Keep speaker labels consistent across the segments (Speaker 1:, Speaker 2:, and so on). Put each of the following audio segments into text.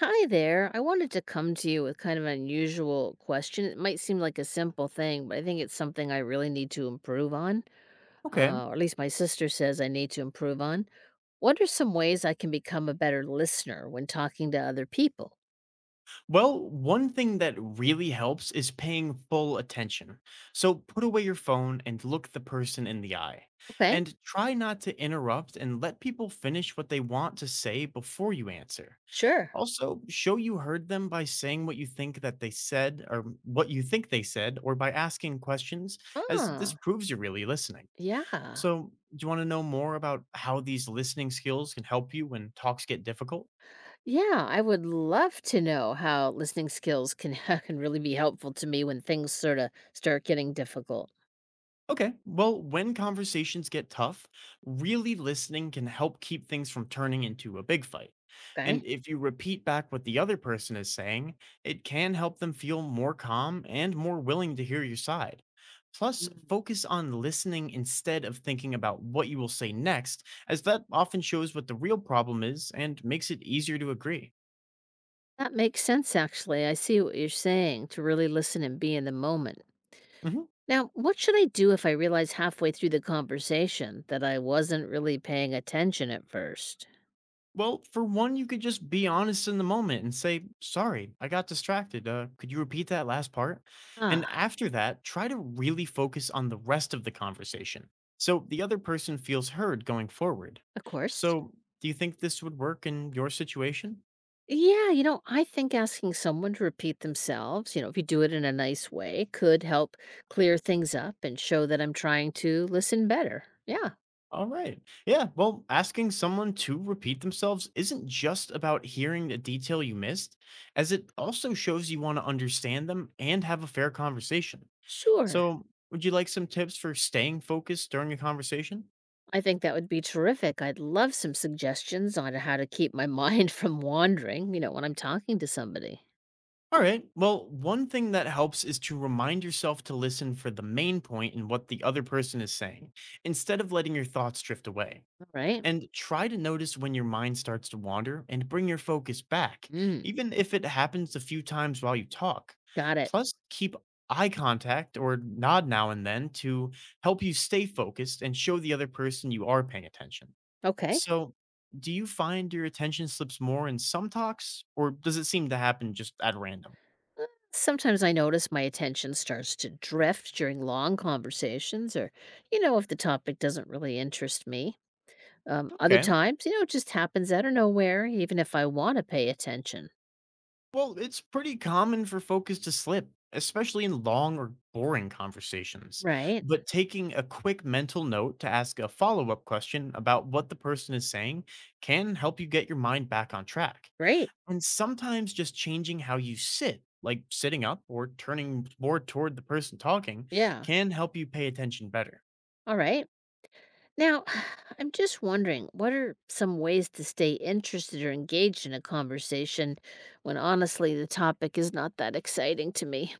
Speaker 1: Hi there. I wanted to come to you with kind of an unusual question. It might seem like a simple thing, but I think it's something I really need to improve on,
Speaker 2: Okay.
Speaker 1: or at least my sister says I need to improve on. What are some ways I can become a better listener when talking to other people?
Speaker 2: Well, one thing that really helps is paying full attention. So put away your phone and look the person in the eye.
Speaker 1: Okay,
Speaker 2: And try not to interrupt and let people finish what they want to say before you answer.
Speaker 1: sure.
Speaker 2: Also, show you heard them by saying what you think that they said or what you think they said or by asking questions as this
Speaker 1: Ah,
Speaker 2: proves you're really listening.
Speaker 1: yeah.
Speaker 2: So, do you want to know more about how these listening skills can help you when talks get difficult?
Speaker 1: Yeah, I would love to know how listening skills can, can really be helpful to me when things sort of start getting difficult.
Speaker 2: Okay. Well, when conversations get tough, really listening can help keep things from turning into a big fight.
Speaker 1: Okay.
Speaker 2: And if you repeat back what the other person is saying, it can help them feel more calm and more willing to hear your side. Plus, focus on listening instead of thinking about what you will say next, as that often shows what the real problem is and makes it easier to agree.
Speaker 1: That makes sense, actually. I see what you're saying to really listen and be in the moment.
Speaker 2: Mhm.
Speaker 1: Now, what should I do if I realize halfway through the conversation that I wasn't really paying attention at first?
Speaker 2: Well, for one, you could just be honest in the moment and say, sorry, I got distracted. Could you repeat that last part? And
Speaker 1: Ah,
Speaker 2: after that, try to really focus on the rest of the conversation so the other person feels heard going forward.
Speaker 1: of course.
Speaker 2: So, do you think this would work in your situation?
Speaker 1: Yeah, I think asking someone to repeat themselves, you know, if you do it in a nice way, could help clear things up and show that I'm trying to listen better. Yeah,
Speaker 2: All right. Yeah. Well, asking someone to repeat themselves isn't just about hearing the detail you missed, as it also shows you want to understand them and have a fair conversation.
Speaker 1: sure.
Speaker 2: So, would you like some tips for staying focused during a conversation?
Speaker 1: I think that would be terrific. I'd love some suggestions on how to keep my mind from wandering, you know, when I'm talking to somebody.
Speaker 2: All right. Well, one thing that helps is to remind yourself to listen for the main point in what the other person is saying, instead of letting your thoughts drift away.
Speaker 1: Right?
Speaker 2: And try to notice when your mind starts to wander and bring your focus back,
Speaker 1: Mm,
Speaker 2: even if it happens a few times while you talk.
Speaker 1: got it.
Speaker 2: Plus, keep eye contact or nod now and then to help you stay focused and show the other person you are paying attention.
Speaker 1: Okay.
Speaker 2: So, do you find your attention slips more in some talks, or does it seem to happen just at random?
Speaker 1: Uh, Sometimes I notice my attention starts to drift during long conversations or, you know, if the topic doesn't really interest me. Other
Speaker 2: Okay.
Speaker 1: times, you know, it just happens out of nowhere, even if I want to pay attention.
Speaker 2: Well, it's pretty common for focus to slip, especially in long or boring conversations.
Speaker 1: Right?
Speaker 2: But taking a quick mental note to ask a follow up question about what the person is saying can help you get your mind back on track.
Speaker 1: Great.
Speaker 2: And sometimes just changing how you sit, like sitting up or turning more toward the person talking,
Speaker 1: Yeah.
Speaker 2: can help you pay attention better.
Speaker 1: All right. Now, I'm just wondering what are some ways to stay interested or engaged in a conversation when honestly the topic is not that exciting to me?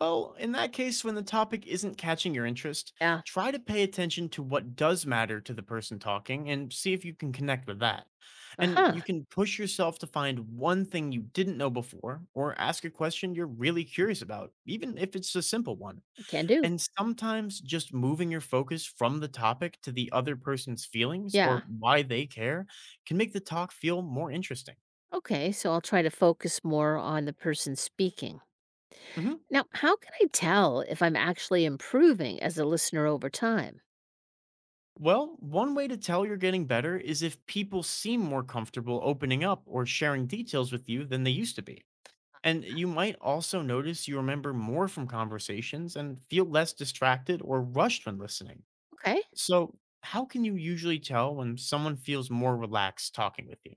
Speaker 2: Well, in that case, when the topic isn't catching your interest,
Speaker 1: Yeah.
Speaker 2: try to pay attention to what does matter to the person talking and see if you can connect with that.
Speaker 1: Uh
Speaker 2: And
Speaker 1: huh.
Speaker 2: you can push yourself to find one thing you didn't know before or ask a question you're really curious about, even if it's a simple one.
Speaker 1: Can do.
Speaker 2: And sometimes just moving your focus from the topic to the other person's feelings or
Speaker 1: Yeah.
Speaker 2: why they care can make the talk feel more interesting.
Speaker 1: Okay, so I'll try to focus more on the person speaking.
Speaker 2: Mhm.
Speaker 1: Now, how can I tell if I'm actually improving as a listener over time?
Speaker 2: Well, one way to tell you're getting better is if people seem more comfortable opening up or sharing details with you than they used to be. And you might also notice you remember more from conversations and feel less distracted or rushed when listening.
Speaker 1: Okay.
Speaker 2: So, how can you usually tell when someone feels more relaxed talking with you?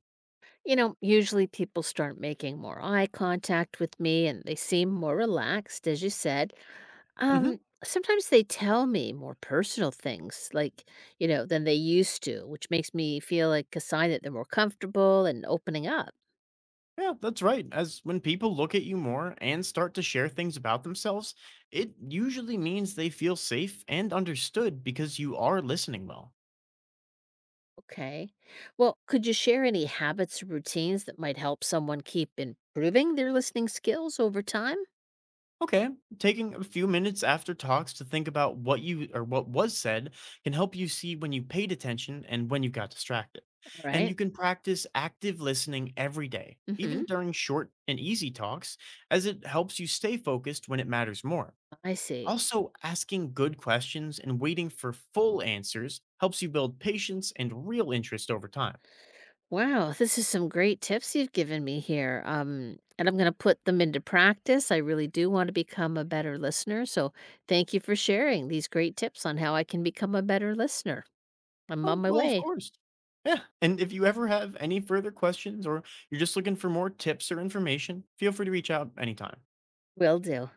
Speaker 1: You know, usually people start making more eye contact with me and they seem more relaxed, as you said.
Speaker 2: Hmm.
Speaker 1: Sometimes they tell me more personal things, like, you know, than they used to, which makes me feel like a sign that they're more comfortable and opening up.
Speaker 2: Yeah, that's right. As when people look at you more and start to share things about themselves, it usually means they feel safe and understood because you are listening well.
Speaker 1: Okay. Well, could you share any habits or routines that might help someone keep improving their listening skills over time?
Speaker 2: Okay, taking a few minutes after talks to think about what you or what was said can help you see when you paid attention and when you got distracted.
Speaker 1: All
Speaker 2: And you
Speaker 1: right.
Speaker 2: can practice active listening every day, even
Speaker 1: Mm-hmm.
Speaker 2: during short and easy talks, as it helps you stay focused when it matters more.
Speaker 1: I see.
Speaker 2: Also, asking good questions and waiting for full answers helps you build patience and real interest over time.
Speaker 1: Wow, this is some great tips you've given me here. And I'm going to put them into practice. I really do want to become a better listener. So thank you for sharing these great tips on how I can become a better listener. I'm on
Speaker 2: Oh,
Speaker 1: my
Speaker 2: well, of
Speaker 1: way.
Speaker 2: course. Yeah, and if you ever have any further questions or you're just looking for more tips or information, feel free to reach out anytime.
Speaker 1: Will do.